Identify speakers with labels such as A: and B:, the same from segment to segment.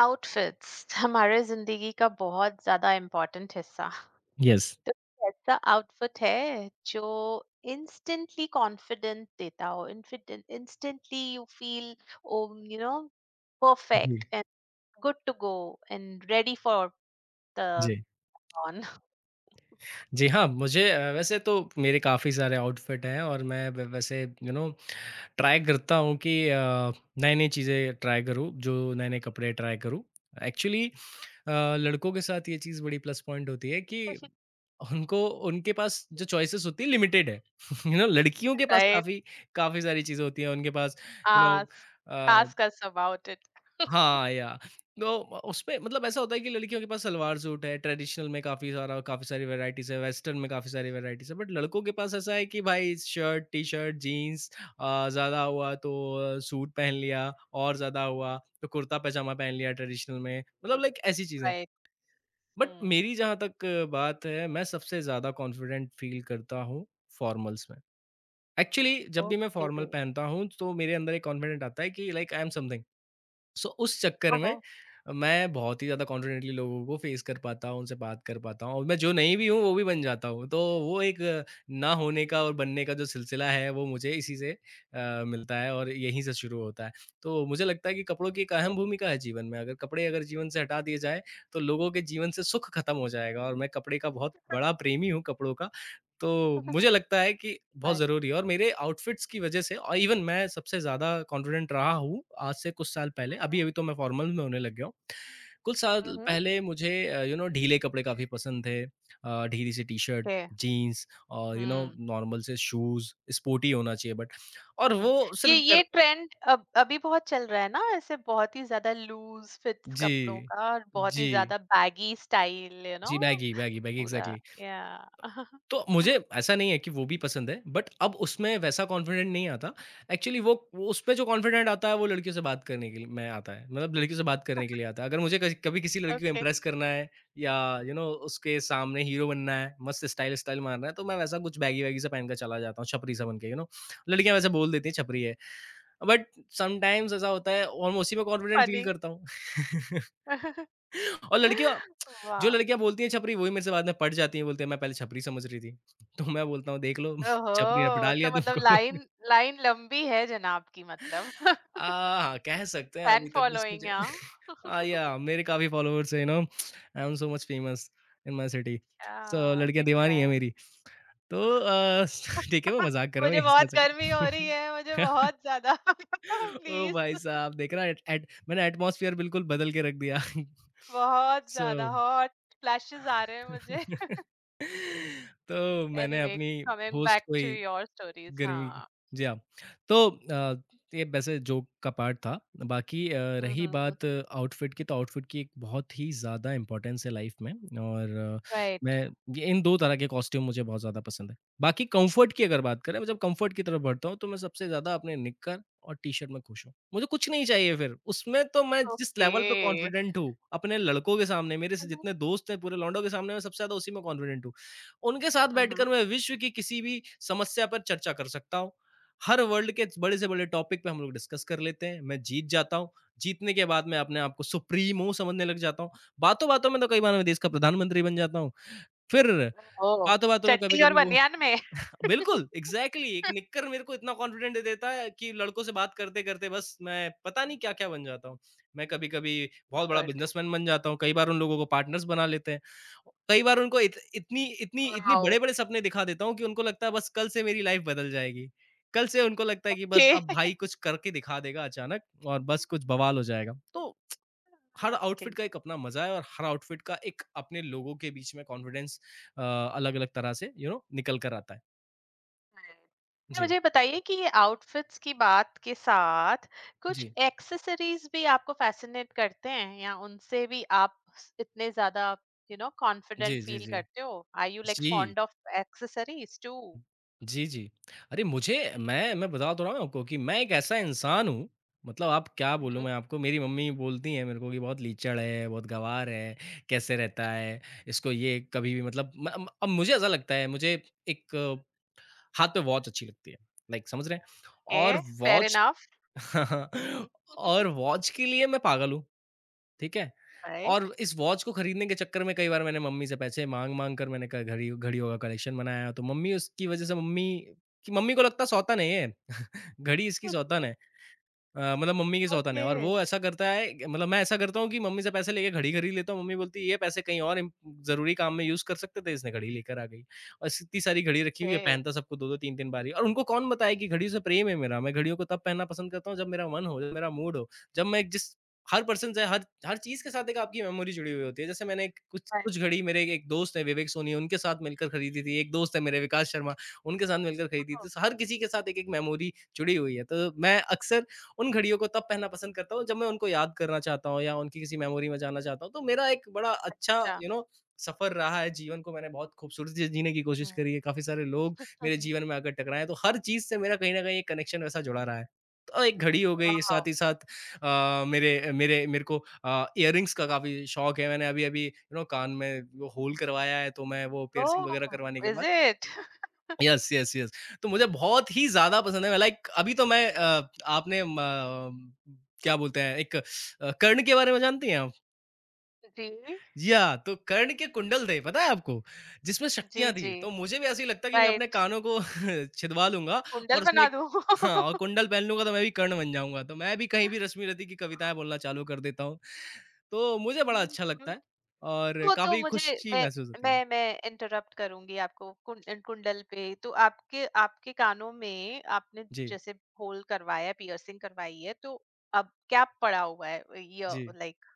A: Outfits, our life's a very important part.
B: Yes.
A: What outfit is that instantly confident? Instantly, you feel you know
B: जी।
A: perfect and good to go and ready for the
B: जी।
A: fun.
B: जी, हाँ, मुझे वैसे तो मेरे काफ़ी सारे आउटफिट हैं और मैं व वैसे यू नो ट्राई करता हूँ कि नई-नई चीज़ें ट्राई करूँ, जो नए-नए कपड़े ट्राई करूँ। एक्चुअली लड़कों के साथ ये चीज़ बड़ी प्लस पॉइंट होती है कि उनको उनके पास जो चॉइसेस होती है लिमिटेड है। यू नो लड़कियों के पास
A: Right?
B: काफ़ी काफ़ी सारी चीज़ें होती हैं, उनके पास you know
A: Ask
B: uh
A: ask us about it.
B: हाँ, या तो उसमें मतलब ऐसा होता है कि लड़कियों के पास सलवार सूट है, ट्रेडिशनल में काफ़ी सारी वैराइटीज़ है, वेस्टर्न में काफ़ी सारी वैराइटीज़ है, बट लड़कों के पास ऐसा है कि भाई शर्ट, टी-शर्ट, जीन्स ज़्यादा हुआ तो सूट पहन लिया और ज़्यादा हुआ तो कुर्ता-पैजामा पहन लिया ट्रेडिशनल में, मतलब लाइक ऐसी चीज़ें।
A: Right.
B: But
A: Hmm.
B: मेरी जहाँ तक बात है, मैं सबसे ज़्यादा कॉन्फिडेंट फ़ील करता हूँ फॉर्मल्स में। एक्चुअली जब भी मैं फॉर्मल
A: Okay.
B: पहनता हूँ, तो मेरे अंदर एक कॉन्फिडेंट आता है कि like I am something. So उस चक्कर में
A: Oh.
B: मैं बहुत ही ज़्यादा कॉन्फिडेंटली लोगों को फेस कर पाता हूँ, उनसे बात कर पाता हूँ और मैं जो नहीं भी हूँ, वो भी बन जाता हूँ। तो वो एक ना होने का और बनने का जो सिलसिला है, वो मुझे इसी से मिलता है और यहीं से शुरू होता है। तो मुझे लगता है कि कपड़ों की एक
A: Okay.
B: अहम भूमिका है जीवन में। अगर कपड़े अगर जीवन से हटा दिए जाएँ, तो लोगों के जीवन से सुख खत्म हो जाएगा और मैं कपड़े का बहुत बड़ा प्रेमी हूँ, कपड़ों का। तो मुझे लगता है कि बहुत
A: Right.
B: ज़रूरी है और मेरे आउटफिट्स की वज़ह से और इवन मैं सबसे ज़्यादा कॉन्फिडेंट रहा हूँ आज से कुछ साल पहले,
A: हुँ,
B: अभी-अभी तो मैं फ़ॉर्मल में होने लग गया हूँ। कुछ साल
A: हुँ, हुँ,
B: पहले मुझे यू नो ढीले कपड़े काफ़ी पसंद थे ढीली सी टी-शर्ट,
A: ओके,
B: जीन्स और यू नो
A: हुँ,
B: नॉर्मल से शूज़, स्पोर्टी होना चाहिए बट और
A: हुँ।
B: वो
A: ये
B: सिर्फ़ कर
A: ये ट्रेंड अब अभी बहुत चल रहा है ना, ऐसे बहुत ही ज़्यादा लूज़ फिट्स
B: जी।
A: कपड़ों का और बहुत ही
B: जी।
A: ज़्यादा बैगी स्टाइल
B: जी, बैगी बैगी बैगी,
A: पूरा
B: एग्ज़ैक्टली।
A: या
B: तो मुझे ऐसा नहीं है कि वो भी पसंद है, बट अब उसमें वैसा कॉन्फिडेंट नहीं आता। एक्चुअली वो उसमें जो कॉन्फिडेंट आता है वो लड़कियों से बात करने के लिए में आता है, मतलब लड़कियों से बात करने के लिए आता है। अगर मुझे कज कभी किसी लड़की को
A: ओके,
B: इम्प्रेस करना है या यू नो उसके सामने हीरो बनना है, मस्त स्टाइल-स्टाइल मारना है, तो मैं वैसा कुछ बैगी-वैगी सा पहन के चला जाता हूँ, छपरी सा बन के, यू नो। लड़कियाँ वैसे बोल देती हैं छपरी है, बट समटाइम्स ऐसा होता है और मैं उसी में कॉन्फिडेंट फील
A: फ़नी
B: करता हूँ।
A: वाओ!
B: और लड़कियाँ जो लड़कियाँ बोलती हैं छपरी वही मेरे से बाद में पट जाती हैं, बोलती हैं, "मैं पहले छपरी समझ रही थी।" तो मैं बोलता हूँ, "देख लो
A: ओहो!
B: छपरी ने पटा लिया
A: तो मतलब
B: तुमको।"
A: लाइन लाइन लंबी है जनाब की मतलब।
B: हाँ, कह सकते हैं
A: फैन
B: अभी तक बस
A: फॉलोइंग
B: मुझे
A: है हाँ?
B: या मेरे काफ़ी फ़ॉलोवर्स हैं, you know I am so much famous in my city. So
A: क्या
B: लड़कियाँ
A: दिख रहा
B: दीवानी है
A: है।
B: मेरी। तो ठीक है, मैं मज़ाक कर रहा हूँ,
A: मुझे
B: ये
A: बहुत
B: हँसना
A: गर्मी हो रही है, मुझे
B: चाहिए।
A: बहुत ज़्यादा
B: ओ भाई
A: प्लीज़।
B: साहब! देख रहा है एट एट मैंने एटमॉस्फियर बिल्कुल बदल के रख दिया।
A: बहुत
B: सो
A: ज़्यादा हॉट फ्लैशेज़ आ रहे हैं मुझे।
B: तो मैंने
A: एनीवे,
B: अपनी
A: कमिंग
B: होस्ट
A: बैक
B: को
A: टू
B: ही
A: योर स्टोरीज़
B: गर्मी की।
A: हाँ।
B: जी हाँ, तो ये वैसे जोक का पार्ट था। बाकी
A: हुँ,
B: रही
A: हुँ।
B: बात आउटफिट की, तो आउटफिट की एक बहुत ही ज़्यादा इम्पोर्टेंस है लाइफ में और
A: राइट,
B: मैं ये इन 2 तरह के कॉस्ट्यूम मुझे बहुत ज़्यादा पसंद है। बाकी कम्फ़र्ट की अगर बात करें, मैं जब कम्फ़र्ट की तरफ बढ़ता हूँ, तो मैं सबसे ज़्यादा अपने निक्कर और टी-शर्ट में खुश हूँ। मुझे कुछ नहीं चाहिए फिर, उसमें तो मैं जिस
A: ओके।
B: लेवल पे कॉन्फिडेंट हूँ, अपने लड़कों के सामने, मेरे से
A: हुँ,
B: जितने
A: हुँ।
B: दोस्त हैं पूरे लौंडों के सामने, मैं सबसे ज़्यादा उसी में कॉन्फिडेंट हूँ। उनके साथ
A: हुँ, हुँ।
B: बैठकर मैं विश्व की किसी भी समस्या पर चर्चा कर सकता हूँ। हर वर्ल्ड के बड़े से बड़े टॉपिक पे हम लोग डिस्कस कर लेते हैं। मैं जीत जाता हूँ। जीतने के बाद मैं अपने आप को सुप्रीमो समझने लग जाता हूँ। बातों-बातों में तो कई बार मैं देश का प्रधानमंत्री बन जाता हूँ। फिर
A: ओह!
B: बातों-बातों में
A: चड्डी और
B: कभी-कभी वो
A: बनियान में?
B: बिल्कुल, एग्ज़ैक्टली एक निक्कर मेरे को इतना कॉन्फिडेंट दे देता है कि लड़कों से बात करते-करते बस मैं पता नहीं क्या-क्या बन जाता हूँ। मैं कभी-कभी बहुत बड़ा
A: गुड,
B: बिज़नेसमैन बन जाता हूँ, कई बार उन लोगों को पार्टनर्स बना लेते हैं। कई बार उनको इत इतनी इतनी इतने
A: वाओ!
B: बड़े-बड़े सपने दिखा देता हूँ कि उनको लगता है बस कल से मेरी लाइफ़ बदल जाएगी। कल से उनको लगता है कि बस
A: ओके,
B: अब भाई कुछ करके दिखा देगा अचानक और बस कुछ बवाल हो जाएगा। तो हर
A: ओके,
B: आउटफिट का एक अपना मज़ा है और हर आउटफिट का एक अपने लोगों के बीच में कॉन्फिडेंस अलग-अलग तरह से यू you नो know, निकल कर आता है।
A: नाइस। तो
B: जी।
A: मुझे बताइए कि ये आउटफिट्स की बात के साथ कुछ
B: जी।
A: एक्सेसरीज़ भी आपको फ़ैसिनेट करते हैं या उनसे भी आप स इतने ज़्यादा
B: जी,
A: कॉन्फिडेंट
B: जी,
A: फ़ील
B: जी।
A: करते हो? आर यू लाइक
B: जी।
A: Fond of accessories too?
B: जी, जी। अरे मुझे मैं बता तो रहा हूँ आपको कि मैं एक ऐसा इंसान हूँ, मतलब आप क्या बोलूँ
A: Mhm.
B: मैं आपको, मेरी मम्मी बोलती हैं मेरे को कि बहुत लीचड़ है, बहुत गँवार है, कैसे रहता है, इसको ये कभी भी मतलब म म अब मुझे ऐसा लगता है, मुझे एक हाथ पे वॉच अच्छी लगती है, लाइक समझ रहे हैं? और
A: Okay, fair
B: watch
A: enough. Mhm.
B: और वॉच के लिए मैं पागल हूँ। ठीक है?
A: Right.
B: और इस वॉच को खरीदने के चक्कर में कई बार मैंने मम्मी से पैसे माँग-माँग कर मैंने क घड़ी घड़ियों का कलेक्शन बनाया, तो मम्मी उसकी वज़ह से मम्मी कि मम्मी को लगता सौतन है ये, घड़ी इसकी सौतन है। मतलब मम्मी के सौतन है और
A: Okay.
B: वो ऐसा करता है मतलब मैं ऐसा करता हूँ कि मम्मी से पैसे लेके घड़ी खरीद लेता हूँ, मम्मी बोलती है ये पैसे कहीं और इम ज़रूरी काम में यूज़ कर सकते थे, इसने घड़ी लेकर आ गई। और इस इतनी सारी घड़ी रखी हुई है,
A: Okay.
B: पहनता सबको 2-2 3-3 बार ही और उनको कौन बताए कि घड़ियों से प्रेम है मेरा, मैं घड़ियों को तब पहनना पसंद करता हूँ जब मेरा मन हो, जब मेरा मूड हो, जब मैं जिस हर पर्सन से हर हर चीज़ के साथ एक आपकी मेमोरी जुड़ी हुई होती है। जैसे मैंने एक कुछ
A: Right.
B: कुछ घड़ी मेरे एक एक दोस्त है विवेक सोनी उनके साथ मिलकर खरीदी थी, एक दोस्त है मेरे विकास शर्मा उनके साथ मिलकर खरीदी थी।
A: Oh,
B: तो हर किसी के साथ एक-एक मेमोरी जुड़ी हुई है। तो मैं अक्सर उन घड़ियों को तब पहनना पसंद करता हूँ जब मैं उनको याद करना चाहता हूँ या उनकी किसी मेमोरी में जाना चाहता हूँ। तो मेरा एक बड़ा अच्छा
A: अच्छा.
B: यू नो सफ़र रहा है, जीवन को मैंने बहुत खूबसूरती से जीने की कोशिश
A: Mhm.
B: करी है, काफ़ी सारे लोग मेरे जीवन में आकर टकराए हैं, तो हर चीज़ से मेरा कहीं न कहीं एक कनेक्शन वैसा जुड़ा रहा है। तो एक घड़ी हो गई, साथ
A: Wow.
B: ही साथ मेरे मेरे मेरे को इयररिंग्स का काफ़ी शौक है। मैंने अभी-अभी यू नो कान में वो होल करवाया है, तो मैं वो पियर्सिंग वगैरह
A: Oh,
B: करवाने के
A: is
B: बाद
A: it?
B: Yes, yes, yes. तो मुझे बहुत ही ज़्यादा पसंद है, मैं लाइक अभी तो मैं आपने क्या बोलते हैं एक कर्ण के बारे में जानती हैं आप?
A: जी,
B: जी हाँ, तो कर्ण के कुंडल थे, पता है आपको? जिसमें शक्तियाँ
A: जी,
B: थी,
A: जी.
B: तो मुझे भी ऐसे ही लगता है कि मैं अपने
A: Right.
B: कानों को छिदवा लूँगा और
A: कुंडल
B: उसमें
A: बना
B: एक
A: दूँ?
B: हाँ, और कुंडल पहन लूँगा तो मैं भी कर्ण बन जाऊँगा, तो मैं भी कहीं भी रश्मि रति की
A: हुँ, हुँ।
B: कविताएँ बोलना चालू कर देता हूँ, तो मुझे बड़ा अच्छा लगता है और
A: वो तो
B: काफ़ी
A: मुझे
B: खुशी
A: मैं
B: महसूस होती है।
A: मैं इंटरप्ट करूँगी आपको कुन कुंडल पे। तो आपके आपके कानों में आपने
B: जी,
A: जैसे होल करवाया, पियर्सिंग करवाई है, तो अब क्या पड़ा हुआ है? य
B: जी।
A: लाइक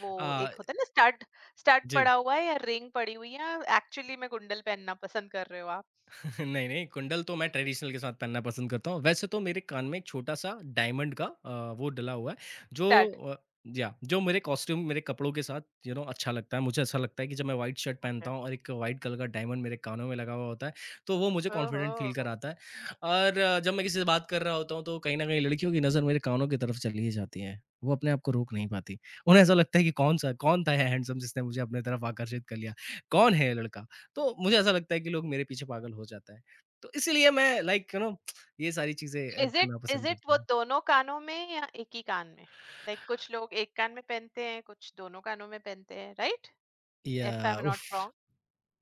A: वो
B: अ,
A: एक होता है ना स्टार्ट स्टार्ट
B: जी।
A: पड़ा हुआ है या रिंग पड़ी हुई है, एक्चुअली में कुंडल पहनना पसंद कर रहे हो आप?
B: नहीं, नहीं कुंडल तो मैं ट्रेडिशनल के साथ पहनना पसंद करता हूँ। वैसे तो मेरे कान में एक छोटा-सा डायमंड का वो डला हुआ है जो
A: स्टार्ट
B: या जो मेरे कॉस्ट्यूम मेरे कपड़ों के साथ यू नो अच्छा लगता है। मुझे ऐसा लगता है कि जब मैं व्हाइट शर्ट
A: ओके,
B: पहनता हूँ और एक व्हाइट कलर का डायमंड मेरे कानों में लगा हुआ होता है, तो वो मुझे
A: ओहो,
B: कॉन्फिडेंट फ़ील कराता है। और जब मैं किसी से बात कर रहा होता हूँ, तो कहीं न कहीं लड़कियों की नज़र मेरे कानों की तरफ चली ही जाती है। वो अपने आप को रोक नहीं पाती। उन्हें ऐसा लगता है कि कौन-सा कौन था ये हैंडसम जिसने मुझे अपनी तरफ आकर्षित कर लिया? कौन है ये लड़का? तो मुझे ऐसा लगता है कि लोग मेरे पीछे पागल हो जाता है। तो इसीलिए मैं लाइक यू नो ये सारी चीज़ें
A: इज इट
B: करना
A: इज
B: पसंद
A: इट
B: करता
A: वो
B: हूँ।
A: दोनों कानों में या एक ही कान में? लाइक कुछ लोग एक कान में पहनते हैं, कुछ दोनों कानों में पहनते हैं, राइट, इफ आई एम
B: या उफ़!
A: Not wrong.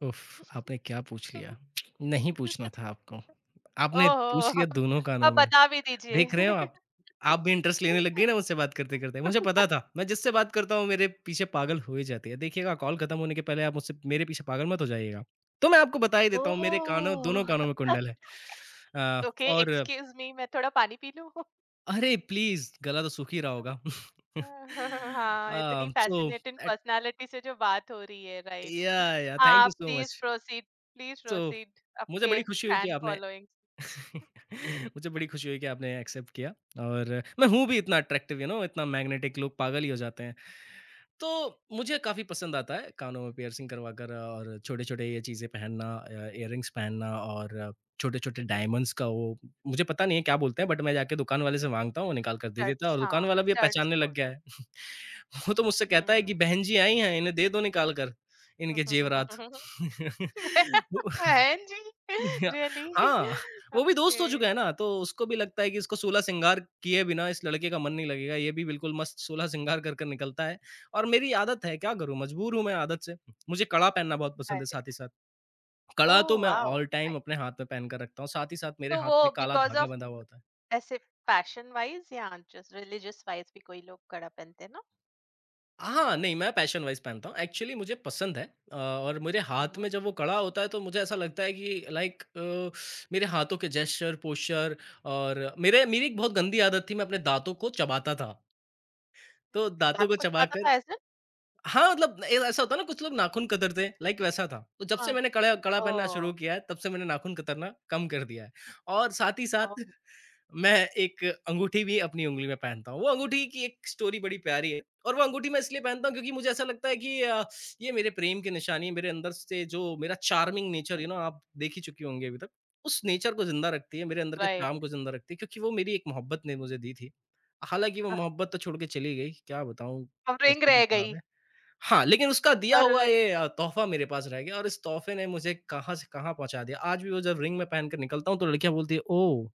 B: उफ़! आपने क्या पूछ लिया? नहीं पूछना था आपको। आपने पूछ
A: ओहो,
B: लिया दोनों कानों
A: अब
B: में।
A: बता भी
B: देख रहे हो
A: दीजिए।
B: आप? आप भी इंटरेस्ट लेने लग गई ना मुझसे बात करते-करते। मुझे पता था, मैं जिससे बात करता हूँ मेरे पीछे पागल हो ही जाती है। देखिएगा कॉल खत्म होने के पहले आप मुझसे मेरे पीछे पागल मत हो जाइएगा। तो मैं आपको बता ही देता हूँ मेरे कानों दोनों
A: ओह,
B: कानों में कुंडल है।
A: ओके,
B: और
A: एक्सक्यूज मी, मैं थोड़ा पानी पी लूं।
B: अरे प्लीज़! गला तो सूख ही रहा होगा।
A: हाँ, इतनी
B: सो
A: फ़ैसिनेटिंग
B: एट
A: पर्सनैलिटी से जो बात हो रही है, राइट।
B: या थैंक
A: हाँ,
B: you so much.
A: Please proceed, please
B: so
A: proceed
B: मुझे
A: आपके
B: बड़ी खुशी हुई कि
A: फैन
B: आपने
A: फ़ॉलोइंग्स
B: मुझे बड़ी खुशी हुई कि आपने एक्सेप्ट किया और मैं हूँ भी इतना अट्रैक्टिव यू नो इतना मैग्नेटिक लोग पागल ही हो जाते हैं। तो मुझे काफ़ी पसंद आता है कानों में पियर्सिंग करवाकर और छोटे-छोटे ये चीज़ें पहनना इयररिंग्स पहनना और छोटे-छोटे
A: के
B: डायमंड्स का वो मुझे पता नहीं है क्या बोलते हैं बट मैं जाके दुकान वाले से माँगता हूँ, वो निकाल कर दे देता है
A: स्टड्स
B: और दुकान
A: हाँ,
B: वाला भी अब
A: स्टड्स
B: पहचानने लग
A: बोलते
B: गया
A: हैं।
B: है। वो तो मुझसे कहता है कि
A: हुँ।
B: बहन जी आई हैं, इन्हें दे दो निकाल कर, इनके जेवरात। वो
A: बहन जी,
B: या-
A: रियली?
B: हाँ, वो भी दोस्त हो
A: ओके,
B: चुका है ना, तो उसको भी लगता है कि इसको सूला श्रृंगार किए बिना इस लड़के का मन नहीं लगेगा। ये भी बिल्कुल मस्त सूला श्रृंगार कर कर निकलता है और मेरी आदत है, क्या करूँ? मजबूर हूँ मैं आदत से। मुझे कड़ा पहनना बहुत पसंद है
A: राइट।
B: साथ ही साथ। कड़ा तो
A: ओह
B: मैं
A: वाओ!
B: All time
A: nice.
B: अपने हाथ में पहन कर रखता हूँ, साथ ही साथ मेरे
A: तो
B: हाथ
A: वो
B: में काला
A: बिकॉज़
B: धागा
A: ऑफ़
B: बंधा हुआ होता है।
A: ऐसे फ़ैशन वाइज़ या जस्ट रिलिजियस वाइज़ भी कोई लोग कड़ा पहनते हैं ना?
B: हाँ, नहीं मैं पैशन वाइज़ पहनता हूँ। एक्चुअली मुझे पसंद है। और मेरे
A: हुँ,
B: हाथ
A: हुँ।
B: में जब वो कड़ा होता है तो मुझे ऐसा लगता है कि लाइक मेरे हाथों के जेस्चर, पोस्चर और मेरे मेरी एक बहुत गंदी आदत थी मैं अपने दाँतों को चबाता था। तो दाँतों को
A: दादू को सिखाता
B: चबाकर
A: था ऐसे?
B: हाँ, मतलब ए ऐसा होता है ना कुछ लोग नाख़ून कतरते हैं, लाइक वैसा था। तो जब से
A: हाँ,
B: मैंने कड़ा कड़ा पहनना शुरू
A: ओह!
B: किया है तब से मैंने नाख़ून कतरना कम कर दिया है और साथ ही साथ मैं एक अंगूठी भी अपनी उँगली में पहनता हूँ। वो अंगूठी की एक स्टोरी बड़ी प्यारी है और वो अंगूठी मैं इसलिए पहनता हूँ क्योंकि मुझे ऐसा लगता है कि ये मेरे प्रेम की निशानी है, मेरे अंदर से जो मेरा चार्मिंग नेचर यू नो आप देख ही चुके होंगे अभी तक, उस नेचर को ज़िंदा रखती है, मेरे अंदर के
A: राइट,
B: चार्म को ज़िंदा रखती है क्योंकि वो मेरी एक मोहब्बत ने मुझे दी थी। हालाँकि वो
A: अ,
B: मोहब्बत तो छोड़ के चली गई, क्या बताऊँ
A: कवरिंग
B: नसीब ही
A: रह
B: ख़राब
A: गई
B: है। हाँ, लेकिन उसका दिया
A: और
B: हुआ ये तोहफ़ा मेरे पास रह गया और इस तोहफ़े ने मुझे कहाँ से कहाँ पहुँचा दिया। आज भी वो जब रिंग में पहन कर निकलता हूँ तो लड़कियाँ बोलती हैं, "ओह!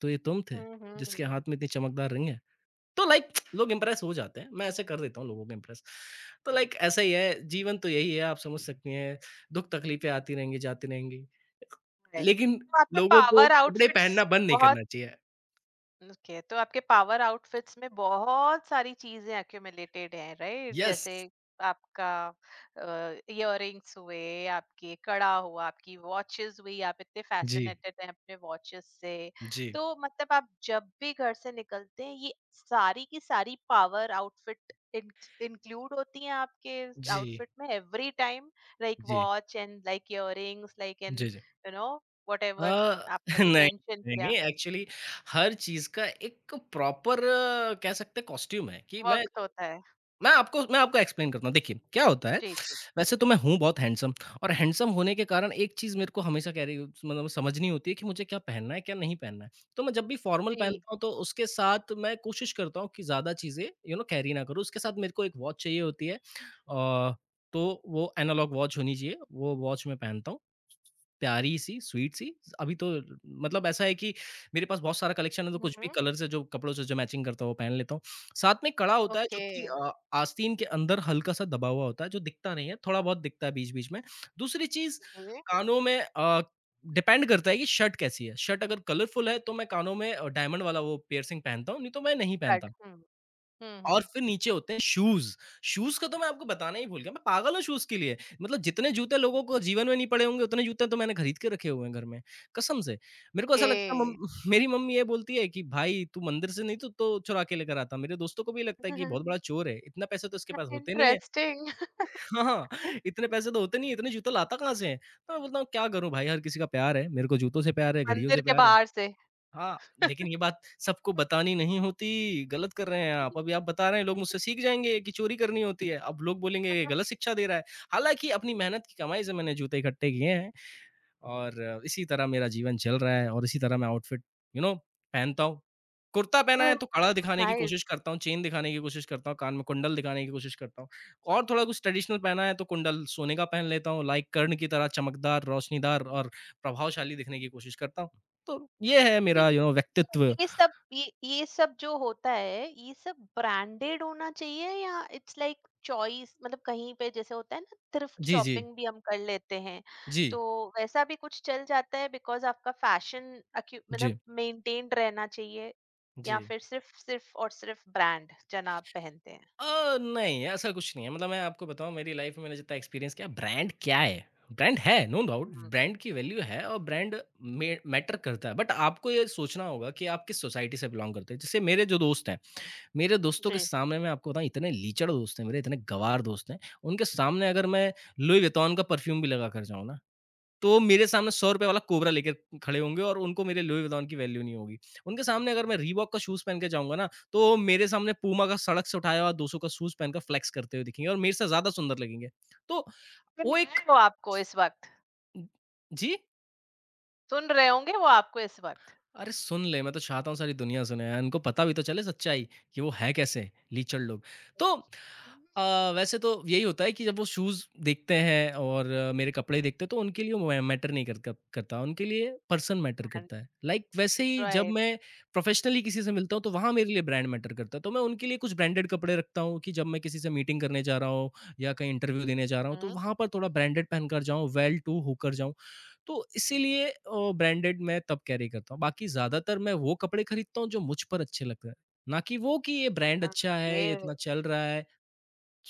B: तो ये तुम थे?
A: हुँ, हुँ,
B: जिसके हाथ
A: हुँ,
B: में इतनी चमकदार रिंग है?" तो लाइक लोग इम्प्रेस हो जाते हैं। मैं ऐसे कर देता हूँ लोगों को इम्प्रेस। तो लाइक ऐसा ही है, जीवन तो यही है, आप समझ सकती हैं। दुःख-तकलीफ़ें आती रहेंगी, जाती रहेंगी।
A: राइट,
B: लेकिन
A: तो आपके
B: लोगों को
A: पावर
B: कपड़े
A: आउटफिट्स
B: पहनना बंद नहीं
A: बहुत
B: करना चाहिए।
A: ओके, तो आपके पावर आउटफिट्स में बहुत सारी चीजें एक्यूमुलेटेड हैं, राइट,
B: यस।
A: जैसे आपका इयररिंग्स हुए, आपके कड़ा हुआ, आपकी वॉचेस हुई, आप इतने
B: जी,
A: फैसिनेटेड हैं अपने वॉचेस से,
B: जी,
A: तो मतलब आप जब भी घर से निकलते हैं, ये सारी की सारी पावर आउटफिट इंक्लूड होती हैं आपके
B: जी,
A: आउटफिट में एवरी टाइम, लाइक
B: जी,
A: watch and like earrings like an
B: जी, जी।
A: यू नो व्हाटएवर
B: अ,
A: आपने अभी
B: नहीं,
A: मेंशन
B: नहीं,
A: किया,
B: नहीं एक्चुअली हर चीज़ का एक प्रॉपर कह सकते हैं कॉस्ट्यूम है कि मैं
A: वक्त होता है।
B: मैं आपको एक्सप्लेन करता हूँ। देखिए, क्या होता है,
A: जी, जी,
B: वैसे तो मैं हूँ बहुत हैंडसम और हैंडसम होने के कारण एक चीज़ मेरे को हमेशा कह रही मतलब समझनी होती है कि मुझे क्या पहनना है, क्या नहीं पहनना है। तो मैं जब भी फॉर्मल
A: जी।
B: पहनता हूँ, तो उसके साथ मैं कोशिश करता हूँ कि ज़्यादा चीज़ें यू नो कैरी ना करूँ। उसके साथ मेरे को एक वॉच चाहिए होती है। अ, तो वो एनालॉग वॉच होनी चाहिए, वो वॉच मैं पहनता हूँ। प्यारी-सी, स्वीट-सी अभी तो मतलब ऐसा है कि मेरे पास बहुत सारा कलेक्शन है तो
A: हुँ,
B: कुछ भी
A: हुँ,
B: कलर से जो कपड़ों से जो मैचिंग करता है वो पहन लेता हूँ। साथ में कड़ा होता है
A: ओके,
B: जो कि आस्तीन के अंदर हल्का-सा दबा हुआ होता है जो दिखता नहीं है, थोड़ा बहुत दिखता है बीच-बीच में। दूसरी चीज़
A: ओके,
B: कानों में डिपेंड करता है कि शर्ट कैसी है, शर्ट अगर कलरफुल है तो मैं कानों में डायमंड वाला वो पियर्सिंग पहनता हूँ, नहीं तो मैं नहीं
A: कट
B: पहनता।
A: हुँ, हुँ,
B: और
A: हुँ,
B: फिर नीचे होते हैं शूज़। शूज़ का तो मैं आपको बताना ही भूल गया, मैं पागल हूँ शूज़ के लिए। मतलब जितने जूते लोगों को जीवन में नहीं पड़े होंगे, उतने जूते तो मैंने खरीद के रखे हुए हैं घर में, कसम से। मेरे को ऐसा
A: ओके।
B: लगता है मम मेरी मम्मी ये बोलती है कि भाई तू मंदिर से नहीं तो चुरा के लेकर आता। मेरे दोस्तों को भी ये लगता है कि ये बहुत बड़ा चोर है, इतना पैसे तो इसके पास होते नहीं है।
A: इंटरेस्टिंग।
B: हाँ, हाँ, इतने पैसे तो होते नहीं है, इतने जूते लाता कहाँ से है? तो मैं बोलता हूँ क्या करूँ भाई, हर किसी का प्यार है, मेरे को जूतों से प्यार है, घड़ियों
A: मंदिर
B: से
A: के
B: प्यार है।
A: बाहर से।
B: हाँ, लेकिन ये बात सबको बतानी नहीं होती, गलत कर रहे हैं आप। अभी आप बता रहे हैं, लोग मुझसे सीख जाएँगे कि चोरी करनी होती है। अब लोग बोलेंगे ये गलत शिक्षा दे रहा है। हालाँकि अपनी मेहनत की कमाई से मैंने जूते इकट्ठे किए हैं। और इसी तरह मेरा जीवन चल रहा है और इसी तरह मैं आउटफिट यू नो पहनता हूँ। कुर्ता पहना है तो
A: ओह!
B: कड़ा दिखाने की
A: नाइस।
B: कोशिश करता हूँ, चेन दिखाने की कोशिश करता हूँ, कान में कुंडल दिखाने की कोशिश करता हूँ और थोड़ा कुछ ट्रेडिशनल पहना है तो कुंडल सोने का पहन लेता हूँ, लाइक कर्ण की तरह चमकदार, रोशनीदार और प्रभावशाली दिखने की कोशिश करता हूँ। तो ये है
A: ये
B: मेरा यू नो व्यक्तित्व।
A: ये सब जो होता है, ये सब ब्रांडेड होना चाहिए या इट्स लाइक चॉइस, मतलब कहीं पे जैसे होता है ना थ्रिफ्ट
B: जी, जी।
A: शॉपिंग भी हम कर लेते हैं,
B: जी।
A: तो वैसा भी कुछ चल जाता है, बिकॉज आपका फैशन मतलब
B: जी।
A: मेंटेन्ड रहना चाहिए
B: जी।
A: या फिर सिर्फ सिर्फ और सिर्फ ब्रांड जनाब पहनते हैं?
B: नहीं, ऐसा कुछ नहीं है। मतलब मैं आपको बताऊँ मेरी लाइफ़ में मैंने जितना एक्सपीरियंस किया ब्रांड क्या है? ब्रांड है, नो डाउट
A: हम्म,
B: ब्रांड की वैल्यू है और ब्रांड में मैटर करता है। बट आपको ये सोचना होगा कि आप किस सोसाइटी से बिलॉन्ग करते हैं। जैसे मेरे जो दोस्त हैं,
A: हम्म।
B: मेरे दोस्तों के
A: जी
B: सामने मैं आपको बताऊँ इतने लीचड़ दोस्त हैं मेरे, इतने गँवार दोस्त हैं, उनके सामने अगर मैं लुई वितौन का परफ्यूम भी लगा कर जाऊँ ना तो मेरे सामने ₹100 वाला कोबरा लेके खड़े होंगे और उनको मेरे लुई वुइटन की वैल्यू नहीं होगी। उनके सामने अगर मैं रीबॉक का शूज़ पहन के जाऊँगा ना, तो मेरे सामने पूमा का सड़क से उठाया हुआ 200 का शूज़ पहनकर फ्लेक्स करते हुए दिखेंगे और मेरे से ज़्यादा सुंदर लगेंगे। तो
A: सुन
B: वो
A: रहे
B: एक
A: हैं वो आपको इस वक्त,
B: जी?
A: सुन रहे होंगे वो आपको इस वक्त,
B: अरे सुन ले, मैं तो चाहता हूँ सारी दुनिया सुने यार, इनको पता भी तो चले सच्चाई कि वो है कैसे लीचड़ लोग। तो वैसे तो यही होता है कि जब वो शूज़ देखते हैं और मेरे कपड़े देखते हैं तो उनके लिए वो मैटर नहीं कर कर, करता, उनके लिए पर्सन मैटर करता है। लाइक वैसे ही जब
A: राइट?
B: मैं प्रोफेशनली किसी से मिलता हूँ तो वहाँ मेरे लिए ब्रांड मैटर करता है, तो मैं उनके लिए कुछ ब्रांडेड कपड़े रखता हूँ कि जब मैं किसी से मीटिंग करने जा रहा हूँ या कहीं इंटरव्यू देने जा रहा हूँ तो वहाँ पर थोड़ा ब्रांडेड पहनकर जाऊँ, वेल टू होकर जाऊँ। तो इसीलिए ब्रांडेड मैं तब कैरी करता हूँ। बाकी ज़्यादातर मैं वो कपड़े खरीदता हूँ जो मुझ पर अच्छे लगते हैं। ना कि वो कि ये ब्रांड अच्छा है, ये
A: हम्म।
B: इतना चल रहा है।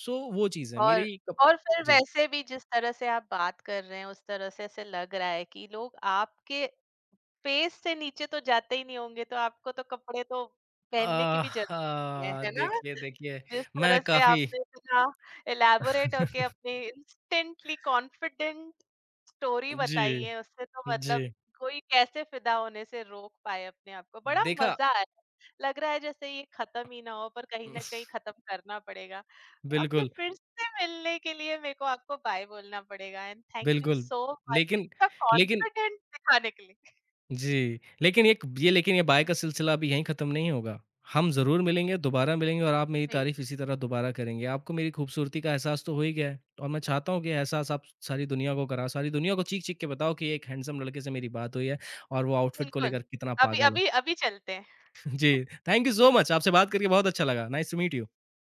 B: सो वो चीज़ है
A: और
B: मेरी कप
A: और फिर
B: जी।
A: वैसे भी जिस तरह से आप बात कर रहे हैं, उस तरह से ऐसे लग रहा है कि लोग आपके पेट से नीचे तो जाते ही नहीं होंगे, तो आपको तो कपड़े तो पहनने की भी ज़रूरत नहीं है,
B: आहा!
A: है ना?
B: देखिए, देखिए
A: जिस
B: मैं
A: तरह से
B: काफ़ी
A: आपने इतना इलैबोरेट होके अपनी इंस्टेंटली कॉन्फिडेंट स्टोरी
B: जी,
A: बताई है, उससे तो
B: जी।
A: मतलब कोई कैसे फ़िदा होने से रोक पाए अपने आप को। बड़ा
B: देखा
A: मज़ा आया, लग रहा है जैसे ये खत्म ही ना हो पर कहीं न कहीं खत्म करना पड़ेगा। आपसे
B: बिल्कुल,
A: फिर से मिलने के लिए मेरे को आपको बाय बोलना पड़ेगा एंड थैंक यू
B: बिल्कुल।
A: सो मच
B: लेकिन
A: इतना
B: लेकिन
A: कॉन्फिडेंट दिखाने के लिए।
B: जी, लेकिन एक ये लेकिन ये बाय का सिलसिला अभी यहीं ख़त्म नहीं होगा। हम ज़रूर मिलेंगे, दोबारा मिलेंगे और आप मेरी
A: जी।
B: तारीफ़ इसी तरह दोबारा करेंगे। आपको मेरी खूबसूरती का एहसास तो हो ही गया है और मैं चाहता हूँ कि एहसास आप सारी दुनिया को कराओ, सारी दुनिया को चीख-चीख के बताओ कि एक हैंडसम लड़के से मेरी बात हुई है और वो आउटफिट को
A: बिल्कुल,
B: लेकर कितना
A: अभी
B: पागल है।
A: अभी अभी चलते हैं।
B: जी, थैंक यू सो मच आपसे बात करके बहुत अच्छा लगा। Nice to meet you.